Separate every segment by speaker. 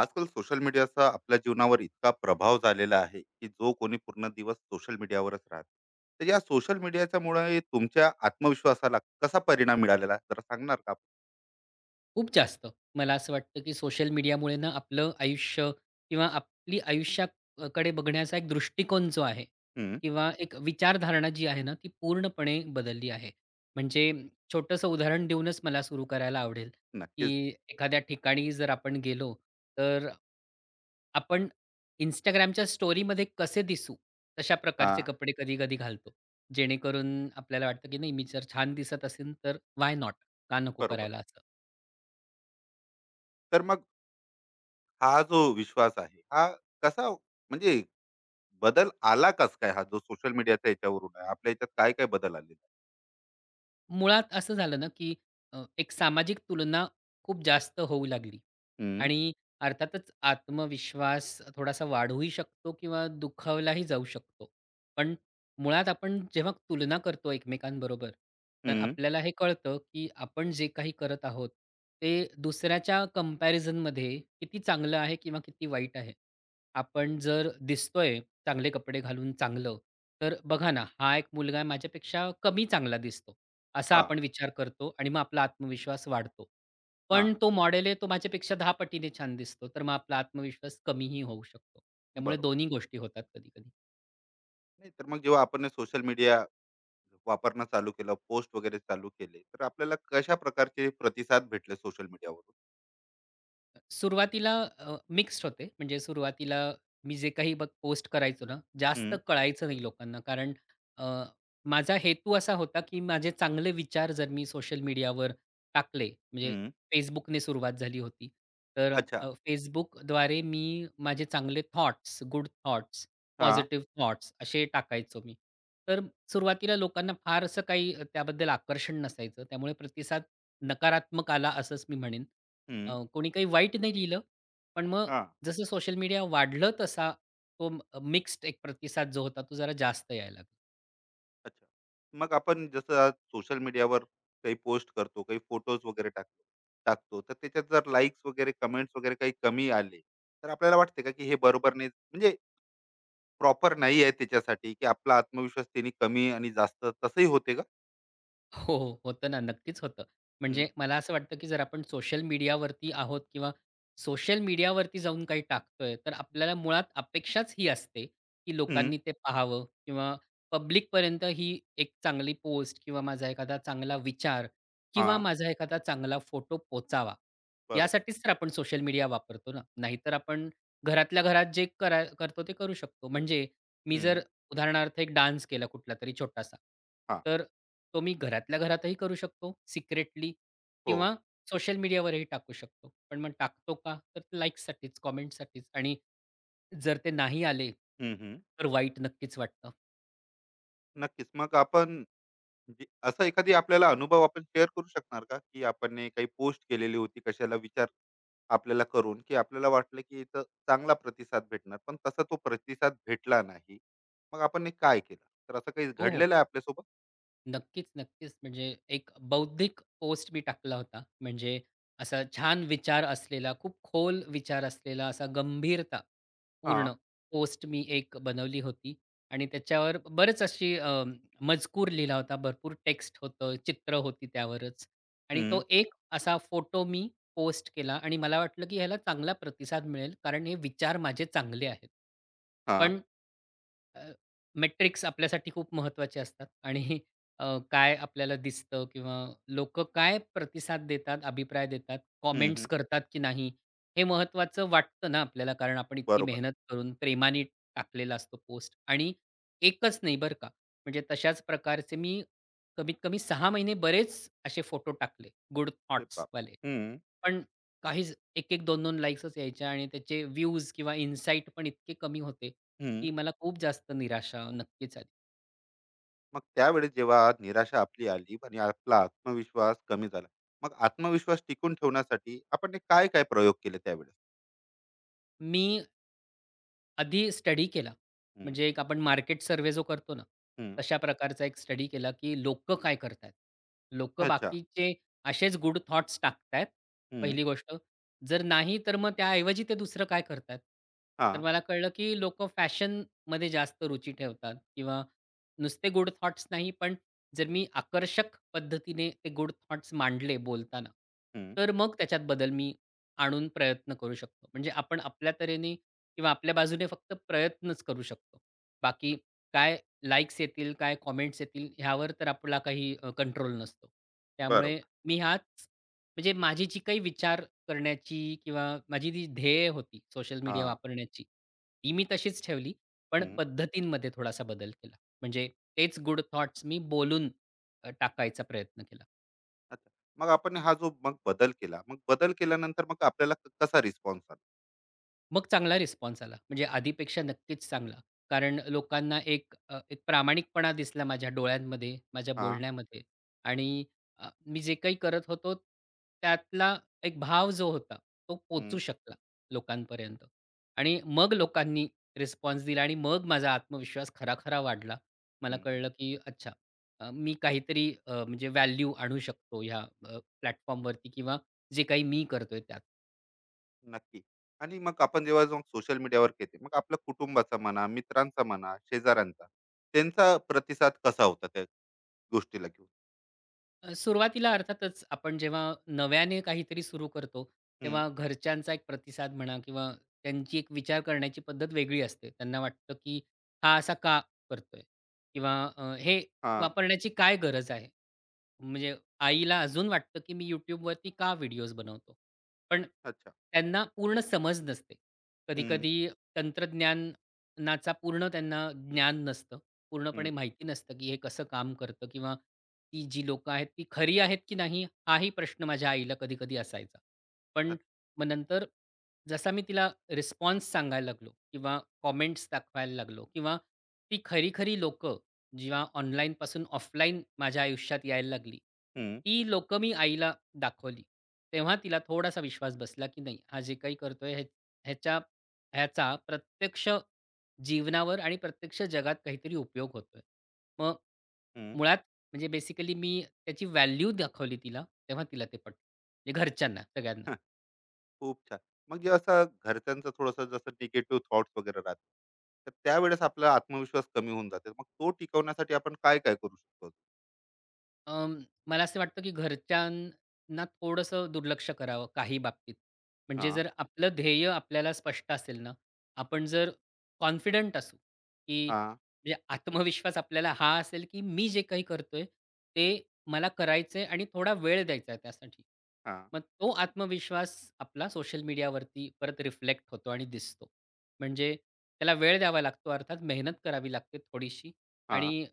Speaker 1: आजकाल सोशल मीडियाचा आपल्या जीवनावर इतका प्रभाव झालेला आहे की जो कोणी पूर्ण दिवस सोशल मीडियावरच राहते. तर या सोशल मीडियाच्या मुळे तुमच्या आत्मविश्वासाला कसा परिणाम मिळालेला आहे? जरा सांगणार का?
Speaker 2: खूप जास्त. मला असं वाटतं, की सोशल मीडियामुळे ना आपलं आयुष्य किंवा आपली आयुष्याकडे बघण्याचा एक दृष्टिकोन जो आहे
Speaker 1: हम्म.
Speaker 2: किंवा एक विचारधारणा जी आहे ना, ती पूर्णपणे बदलली आहे. म्हणजे छोटंसं उदाहरण देऊनच मला सुरू करायला आवडेल, की
Speaker 1: नक्कीच.
Speaker 2: एखाद्या ठिकाणी जर आपण गेलो, तर आपण Instagramच्या स्टोरीमध्ये कसे दिसू, तशा
Speaker 1: हा.
Speaker 2: प्रकारचे कपडे कधी-कधी घालतो. जेणेकरून आपल्याला वाटतं, की नाही मी जर छान दिसत असेन, तर व्हाय नॉट? का नको
Speaker 1: बरोबर.
Speaker 2: करायला असं?
Speaker 1: तर मग हा जो विश्वास आहे हा कसा, म्हणजे बदल आला कस काय, हा जो सोशल मीडियाचा याच्यावरून आहे आपल्या याच्यात काय काय बदल आलेला आहे?
Speaker 2: मुळात असं झालं ना, की एक सामाजिक तुलना खूप जास्त होऊ लागली
Speaker 1: हम्म.
Speaker 2: आणि अर्थातच आत्मविश्वास थोडासा वाढूही शकतो किंवा दुखावलाही जाऊ शकतो. पण मुळात आपण जेव्हा तुलना करतो एकमेकांबरोबर, तर
Speaker 1: हम्म.
Speaker 2: आपल्याला हे कळतं, की आपण जे काही करत आहोत, ते दुसऱ्याच्या कंपॅरिझनमध्ये किती चांगलं आहे किंवा किती वाईट आहे. आपण जर दिसतोय चांगले कपडे घालून चांगलं, तर बघा ना, हा एक मुलगा माझ्यापेक्षा कमी चांगला दिसतो. असा
Speaker 1: हा.
Speaker 2: आपण विचार करतो आणि मग आपला आत्मविश्वास वाढतो.
Speaker 1: हा.
Speaker 2: पण तो मॉडेल आहे तो माझ्यापेक्षा 10 पटीने छान दिसतो, तर मग आपला आत्मविश्वास कमीही होऊ शकतो. त्यामुळे
Speaker 1: बरोबर.
Speaker 2: दोन्ही गोष्टी होतात कधी-कधी.
Speaker 1: नाही तर मग जेव्हा आपण सोशल मीडिया वापरणं चालू केलं, पोस्ट वगैरे चालू केले, तर आपल्याला कशा प्रकारचे प्रतिसाद भेटले सोशल मीडियावरून?
Speaker 2: सुरुवातीला मिक्स्ड होते. म्हणजे सुरुवातीला मी जे काही बघ पोस्ट करायचो ना, जास्त
Speaker 1: हं.
Speaker 2: कळायचं नाही लोकांना. कारण अ, माझा हेतू असा होता, की माझे चांगले विचार जर मी सोशल मीडियावर टाकले, म्हणजे
Speaker 1: हं.
Speaker 2: Facebookने सुरुवात झाली होती. तर
Speaker 1: अच्छा.
Speaker 2: Facebookद्वारे मी माझे चांगले थॉट्स, गुड थॉट्स,
Speaker 1: हां.
Speaker 2: पॉझिटिव्ह थॉट्स असे टाकायचो मी. तर सुरुवातीला लोकांना फार असं काही त्याबद्दल आकर्षण नसायचं. त्यामुळे प्रतिसाद नकारात्मक आला असंच मी म्हणेन.
Speaker 1: हं.
Speaker 2: कोणी काही वाईट नाही लिहिलं. पण मग
Speaker 1: हां.
Speaker 2: जसं सोशल मीडिया वाढलं तसा तो मिक्स्ड एक प्रतिसाद जो होता तो जरा जास्त यायला लागला.
Speaker 1: अच्छा. मग आपण जसं सोशल मीडियावर काही पोस्ट करतो, काही फोटोज वगैरे टाकतो टाकतो, तर त्याच्यात जर लाइक्स वगैरे, कमेंट्स वगैरे काही कमी आले, तर आपल्याला वाटते का, की हे बरोबर नाही, म्हणजे प्रॉपर नाही आहे त्याच्यासाठी, की आपला आत्मविश्वास त्यांनी कमी आणि जास्त तसंही होते का?
Speaker 2: हो, हो. होतं ना, नक्कीच होतं.
Speaker 1: हं.
Speaker 2: म्हणजे मला असं वाटतं, की जर आपण सोशल मीडियावरती आहोत किंवा सोशल मीडियावरती जाऊन काही टाकतोय, तर आपल्याला मुळात अपेक्षाच ही असते, की
Speaker 1: हं.
Speaker 2: लोकांनी ते पाहावं किंवा पब्लिकपर्यंत ही एक चांगली पोस्ट किंवा माझा एखादा चांगला विचार किंवा
Speaker 1: हां.
Speaker 2: माझा एखादा चांगला फोटो पोचावा.
Speaker 1: बरोबर.
Speaker 2: यासाठीच तर आपण सोशल मीडिया वापरतो ना. नाहीतर आपण घरातल्या घरात जे करतो ते करू शकतो. म्हणजे मी जर
Speaker 1: हं.
Speaker 2: उदाहरणार्थ एक डान्स केला कुठलातरी छोटासा.
Speaker 1: हां.
Speaker 2: तर तो मी घरातल्या घरातही करू शकतो सिक्रेटली
Speaker 1: हो.
Speaker 2: किंवा सोशल मीडियावरही टाकू शकतो. पण मग टाकतो का? तर लाइक्ससाठीच, कमेंटसाठीच आणि जर ते नाही आले, तर वाईट नक्कीच वाटतं.
Speaker 1: नक्कीच. मग आपण म्हणजे असा एखादी आपल्याला अनुभव आपण शेअर करू शकणार का? की आपण ने काही पोस्ट केलेली होती कशाला विचार आपल्याला करून, की आपल्याला वाटलं की इथं चांगला प्रतिसाद भेटणार, पण तसा तो प्रतिसाद भेटला नाही. मग आपण हे काय केलं? तर असं काही
Speaker 2: हो, हो.
Speaker 1: घडलेलं आहे आपल्यासोबत?
Speaker 2: नक्कीच, नक्कीच. म्हणजे एक बौद्धिक पोस्ट मी टाकला होता. म्हणजे असा छान विचार असलेला, खूप खोल विचार असलेला असा गंभीरता
Speaker 1: हां.
Speaker 2: पूर्ण पोस्ट मी एक बनवली होती आणि त्याच्यावर बरंच अशी मजकूर लिहिला होता. भरपूर टेक्स्ट होतं, चित्र होती त्यावरच आणि
Speaker 1: हं.
Speaker 2: तो एक असा फोटो मी पोस्ट केला आणि मला वाटलं, की ह्याला चांगला प्रतिसाद मिळेल कारण हे विचार माझे चांगले आहेत.
Speaker 1: हां.
Speaker 2: पण अ, मेट्रिक्स आपल्यासाठी खूप महत्त्वाचे असतात आणि अ, काय आपल्याला दिसतं किंवा लोकं काय प्रतिसाद देतात, अभिप्राय देतात,
Speaker 1: हं.
Speaker 2: कॉमेंट्स
Speaker 1: हं.
Speaker 2: करतात की नाही, हे महत्त्वाचं वाटतं ना आपल्याला, कारण आपण इतकी
Speaker 1: बरोबर.
Speaker 2: मेहनत करून प्रेमाने टाकलेला असतो पोस्ट आणि एकच नाही बरं का, म्हणजे तशाच प्रकारचे मी कमीत कमी 6 महिने बरेच असे फोटो टाकले गुड
Speaker 1: अरे बाप!
Speaker 2: थॉट्सवाले.
Speaker 1: हं.
Speaker 2: पण काहीच 1-1, 2-2 लाइक्सच यायच्या आणि त्याचे व्ह्यूज किंवा इन्साईट पण इतके कमी होते,
Speaker 1: हं.
Speaker 2: की मला खूप जास्त निराशा नक्कीच आली.
Speaker 1: मग त्यावेळेस जेव्हा निराशा आपली आली आणि आपला आत्मविश्वास कमी झाला. मग आत्मविश्वास टिकून ठेवण्यासाठी आपण ने काय-काय प्रयोग केले त्यावेळेस?
Speaker 2: मी आधी स्टडी केला.
Speaker 1: हं.
Speaker 2: म्हणजे एक आपण मार्केट सर्व्हे जो करतो ना,
Speaker 1: हं.
Speaker 2: तशा प्रकारचा एक स्टडी केला, की लोक काय करतायत? लोकं
Speaker 1: अच्छा.
Speaker 2: बाकीचे असेच गुड थॉट्स टाकतायत,
Speaker 1: हं.
Speaker 2: पहिली गोष्ट. जर नाही तर मग त्याऐवजी ते दुसरं काय करतायत? तर
Speaker 1: हां.
Speaker 2: मला कळलं, की लोकं फॅशनमध्ये जास्त रुची ठेवतात किंवा नुसते गुड थॉट्स नाही, पण जर मी आकर्षक पद्धतीने ते गुड थॉट्स मांडले बोलताना,
Speaker 1: हं.
Speaker 2: तर मग त्याच्यात बदल मी आणून प्रयत्न करू शकतो. म्हणजे आपण आपल्या तऱ्हेने किंवा आपल्या बाजूने फक्त प्रयत्नच करू शकतो. बाकी काय लाइक्स येतील, काय कमेंट्स येतील ह्यावर तर आपला काही कंट्रोल नसतो. त्यामुळे
Speaker 1: बरोबर.
Speaker 2: मी हाच म्हणजे माझी जी काही विचार करण्याची किंवा माझी जी ध्येय होती सोशल मीडिया
Speaker 1: हां.
Speaker 2: वापरण्याची, ती मी तशीच ठेवली. पण
Speaker 1: हं.
Speaker 2: पद्धतींमध्ये थोडासा बदल केला. म्हणजे तेच गुड थॉट्स मी बोलून टाकायचा प्रयत्न केला.
Speaker 1: अच्छा. मग आपण हा जो मग बदल केला. मग बदल केल्यानंतर मग आपल्याला कसा रिस्पॉन्स आला?
Speaker 2: मग चांगला रिस्पॉन्स आला. म्हणजे आधीपेक्षा नक्कीच चांगला. कारण लोकांना एक एक प्रामाणिकपणा दिसला माझ्या डोळ्यांमध्ये, माझ्या
Speaker 1: हां.
Speaker 2: बोलण्यामध्ये आणि मी जे काही करत होतो त्यातला एक भाव जो होता, तो
Speaker 1: हं.
Speaker 2: पोहचू शकला लोकांपर्यंत. आणि मग लोकांनी रिस्पॉन्स दिला आणि मग माझा आत्मविश्वास खरा-खरा वाढला. मला
Speaker 1: हं. हं.
Speaker 2: कळलं, की अच्छा मी काहीतरी म्हणजे व्हॅल्यू आणू शकतो ह्या प्लॅटफॉर्मवरती किंवा जे काही मी करतोय त्यात.
Speaker 1: नक्की. आणि मग आपण जेव्हा जाऊन सोशल मीडियावर येते, मग आपल्या कुटुंबाचा म्हणा, मित्रांचा म्हणा, शेजाऱ्यांचा, त्यांचा प्रतिसाद कसा होता त्या गोष्टीला घेऊन?
Speaker 2: सुरुवातीला अर्थातच आपण जेव्हा नव्याने काहीतरी सुरू करतो,
Speaker 1: हं.
Speaker 2: तेव्हा घरच्यांचा एक प्रतिसाद म्हणा किंवा त्यांची एक विचार करण्याची पद्धत वेगळी असते. त्यांना वाटतं, की हा असा का करतोय? किंवा हे
Speaker 1: हां.
Speaker 2: वापरण्याची काय गरज आहे? म्हणजे आईला अजून वाटतं, की मी YouTubeवरती का व्हिडिओज बनवतो? पण
Speaker 1: अच्छा.
Speaker 2: त्यांना पूर्ण समज नसते.
Speaker 1: हं.
Speaker 2: कधी तंत्रज्ञानाचा पूर्ण त्यांना ज्ञान नसतं.
Speaker 1: हं.
Speaker 2: पूर्णपणे माहिती नसतं, की हे कसं काम करतं किंवा ती जी लोकं आहेत ती खरी आहेत की नाही हाही प्रश्न माझ्या आईला कधी-कधी असायचा. पण
Speaker 1: अच्छा.
Speaker 2: मग नंतर जसा मी तिला रिस्पॉन्स सांगायला लागलो किंवा कॉमेंट्स दाखवायला लागलो किंवा ती खरी-खरी लोकं जेव्हा ऑनलाईनपासून ऑफलाईन माझ्या आयुष्यात यायला लागली,
Speaker 1: हं.
Speaker 2: ती लोकं मी आईला दाखवली. तेव्हा तिला थोडासा विश्वास बसला की नाही हा जे काही करतोय ह्याच्या ह्याचा प्रत्यक्ष जीवनावर आणि प्रत्यक्ष जगात काहीतरी उपयोग होतोय. मग
Speaker 1: हं.
Speaker 2: मुळात म्हणजे बेसिकली मी त्याची व्हॅल्यू दाखवली तिला, तेव्हा तिला ते पटलं. म्हणजे घरच्यांना सगळ्यांना.
Speaker 1: खूप छान. मग जे असं घरच्यांचं थोडंसं जसं निगेटिव्ह थॉट्स वगैरे राहतात, तर त्यावेळेस आपला आत्मविश्वास कमी होऊन जाते. मग तो टिकवण्यासाठी आपण काय-काय करू शकतो?
Speaker 2: अं, मला असं वाटतं की घरच्यांना थोडंसं दुर्लक्ष करावं काही बाबतीत. म्हणजे
Speaker 1: हां.
Speaker 2: जर आपलं ध्येय आपल्याला स्पष्ट असेल ना, आपण जर कॉन्फिडंट असू, की
Speaker 1: हां.
Speaker 2: म्हणजे आत्मविश्वास आपल्याला हा असेल, की मी जे काही करतोय ते मला करायचंय आणि थोडा वेळ द्यायचा आहे त्यासाठी.
Speaker 1: हां.
Speaker 2: मग तो आत्मविश्वास आपला सोशल मीडियावरती परत रिफ्लेक्ट होतो आणि दिसतो. म्हणजे त्याला वेळ द्यावा लागतो अर्थात मेहनत करावी लागते थोडीशी
Speaker 1: हां.
Speaker 2: आणि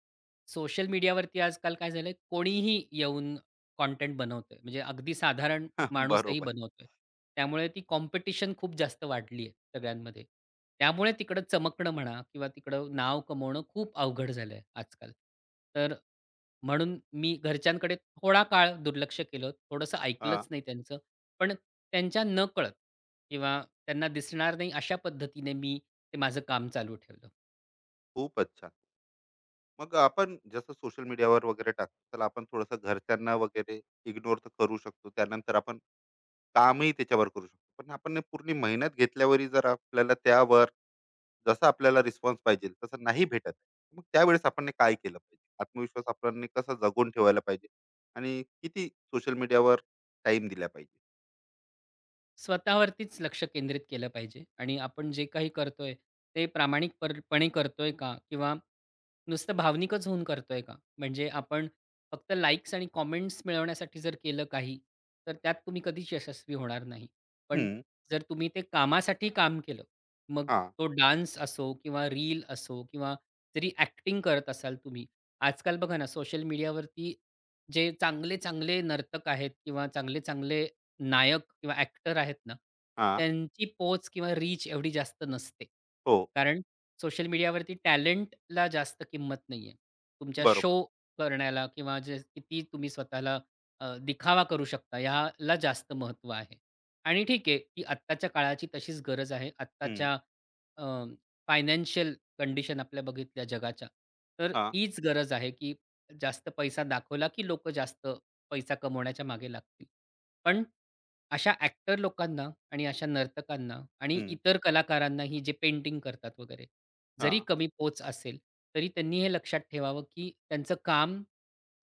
Speaker 2: सोशल मीडियावरती आजकाल काय झालंय, कोणीही येऊन कंटेंट बनवतोय. म्हणजे अगदी साधारण माणूसही
Speaker 1: बरोबर.
Speaker 2: बनवतोय. त्यामुळे ती कॉम्पिटिशन खूप जास्त वाढली आहे सगळ्यांमध्ये. त्यामुळे तिकडं चमकणं म्हणा किंवा तिकडं नाव कमवणं खूप अवघड झालंय आजकाल. तर म्हणून मी घरच्यांकडे थोडा काळ दुर्लक्ष केलं. थोडंसं
Speaker 1: हां.
Speaker 2: ऐकलंच नाही त्यांचं. पण त्यांच्या नकळत किंवा त्यांना दिसणार नाही अशा पद्धतीने मी ते माझं काम चालू ठेवलं.
Speaker 1: खूपच छान. मग आपण जसं सोशल मीडियावर वगैरे टाकतो, त्याला आपण थोडंसं घरच्यांना वगैरे इग्नोर तर करू शकतो. त्यानंतर आपण कामही त्याच्यावर करू शकतो. पण आपण हे पूर्ण मेहनत घेतल्यावरही जर आपल्याला त्यावर जसा आपल्याला रिस्पॉन्स पाहिजे तसा नाही भेटत आहे. मग त्यावेळेस आपण काय केलं पाहिजे, आत्मविश्वास आपण कसा जगून ठेवायला पाहिजे आणि किती सोशल मीडियावर टाइम दिला पाहिजे?
Speaker 2: स्वतःवरतीच लक्ष केंद्रित केलं पाहिजे आणि आपण जे काही करतोय, ते प्रामाणिकपरपणे करतोय का? किंवा नुसतं भावनिकच होऊन करतोय का? म्हणजे आपण फक्त लाइक्स आणि कमेंट्स मिळवण्यासाठी जर केलं काही, तर त्यात तुम्ही कधीच यशस्वी होणार नाही. पण
Speaker 1: हम्म.
Speaker 2: जर तुम्ही ते कामासाठी काम केलं, मग
Speaker 1: हा.
Speaker 2: तो डान्स असो किंवा रील असो किंवा जरी ॲक्टिंग करत असाल तुम्ही. आजकाल बघा ना, सोशल मीडियावरती जे चांगले-चांगले नर्तक आहेत किंवा चांगले-चांगले नायक किंवा ॲक्टर आहेत ना,
Speaker 1: हा.
Speaker 2: त्यांची पोच किंवा रीच एवढी जास्त नसते.
Speaker 1: हो.
Speaker 2: कारण सोशल मीडियावरती टॅलेंटला जास्त किंमत नाहीये. तुमच्या शो
Speaker 1: बरोबर.
Speaker 2: करण्याला किंवा जे किती तुम्ही स्वतःला दिखावा करू शकता ह्याला जास्त महत्त्व आहे. आणि ठीक आहे, की आत्ताच्या काळाची तशीच गरज आहे.
Speaker 1: हम्म.
Speaker 2: आत्ताच्या फायनान्शियल कंडिशन आपल्या बघितल्या जगाच्या, तर
Speaker 1: हा.
Speaker 2: हीच गरज आहे, की जास्त पैसा दाखवला, की लोकं जास्त पैसा कमवण्याच्या मागे लागतील. पण अशा ॲक्टर लोकांना आणि अशा नर्तकांना आणि
Speaker 1: हम्म.
Speaker 2: इतर कलाकारांनाही जे पेंटिंग करतात वगैरे,
Speaker 1: हा.
Speaker 2: जरी कमी पोच असेल, तरी त्यांनी हे लक्षात ठेवावं, की त्यांचं काम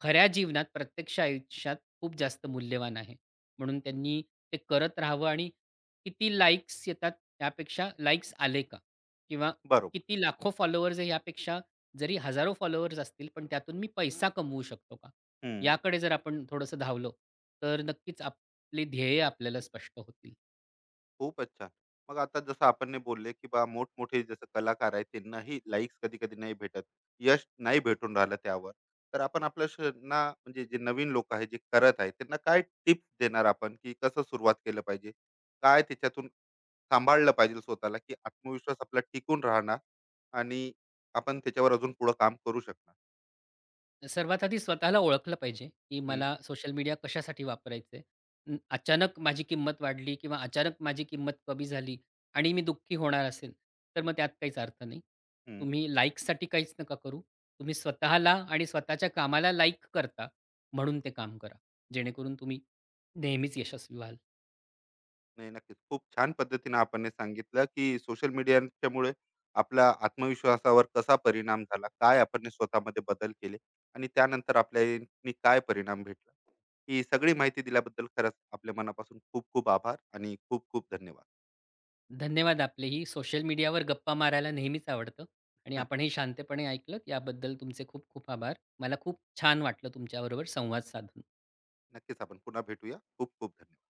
Speaker 2: खऱ्या जीवनात, प्रत्यक्ष आयुष्यात खूप जास्त मूल्यवान आहे. म्हणून त्यांनी ते करत राहावं आणि किती लाइक्स येतात त्यापेक्षा लाइक्स आले का? किंवा
Speaker 1: बरोबर.
Speaker 2: किती लाखो फॉलोअर्स आहे यापेक्षा जरी हजारो फॉलोअर्स असतील, पण त्यातून मी पैसा कमवू शकतो का?
Speaker 1: हम्म.
Speaker 2: याकडे जर आपण थोडंसं धावलो, तर नक्कीच आपली ध्येय आपल्याला स्पष्ट होतील.
Speaker 1: खूपच छान. मग आता जसं आपण नाही बोलले, की मोठमोठे जसं कलाकार आहेत, त्यांनाही लाइक्स कधी-कधी नाही भेटत. यश नाही भेटून राहिलं त्यावर. तर आपण आपल्या त्यांना म्हणजे जे नवीन लोक आहेत, जे करत आहेत, त्यांना काय टिप्स देणार आपण, की कसं सुरुवात केलं पाहिजे? काय त्याच्यातून सांभाळलं पाहिजे स्वतःला, की आत्मविश्वास आपला टिकून राहणार आणि आपण त्याच्यावर अजून पुढं काम करू शकणार?
Speaker 2: सर्वात आधी स्वतःला ओळखलं पाहिजे, की
Speaker 1: हं.
Speaker 2: मला सोशल मीडिया कशासाठी वापरायचं आहे. अचानक माझी किंमत वाढली किंवा अचानक माझी किंमत कमी झाली आणि मी दुःखी होणार असेल, तर मग त्यात काहीच अर्थ नाही. तुम्ही लाइक्ससाठी काहीच नका करू. तुम्ही स्वतःला आणि स्वतःच्या कामाला लाइक करता म्हणून ते काम करा. जेणेकरून तुम्ही नेहमीच यशस्वी व्हाल.
Speaker 1: नाही, नक्कीच. खूप छान पद्धतीने आपण हे सांगितलं, की सोशल मीडियाच्यामुळे आपला आत्मविश्वासावर कसा परिणाम झाला, काय आपण हे स्वतःमध्ये बदल केले आणि त्यानंतर आपल्यानी काय परिणाम भेटला. ही सगळी माहिती दिल्याबद्दल खरंच आपल्या मनापासून खूप खूप आभार आणि खूप खूप धन्यवाद.
Speaker 2: धन्यवाद आपले ही सोशल मीडियावर गप्पा मारायला नेहमीच आवडतं आणि
Speaker 1: हं.
Speaker 2: आपण शांतपणे ऐकलत याबद्दल तुमचे खूप खूप आभार. मला खूप छान वाटलं तुमच्याबरोबर संवाद साधून.
Speaker 1: नक्कीच आपण पुन्हा भेटूया. खूप खूप धन्यवाद.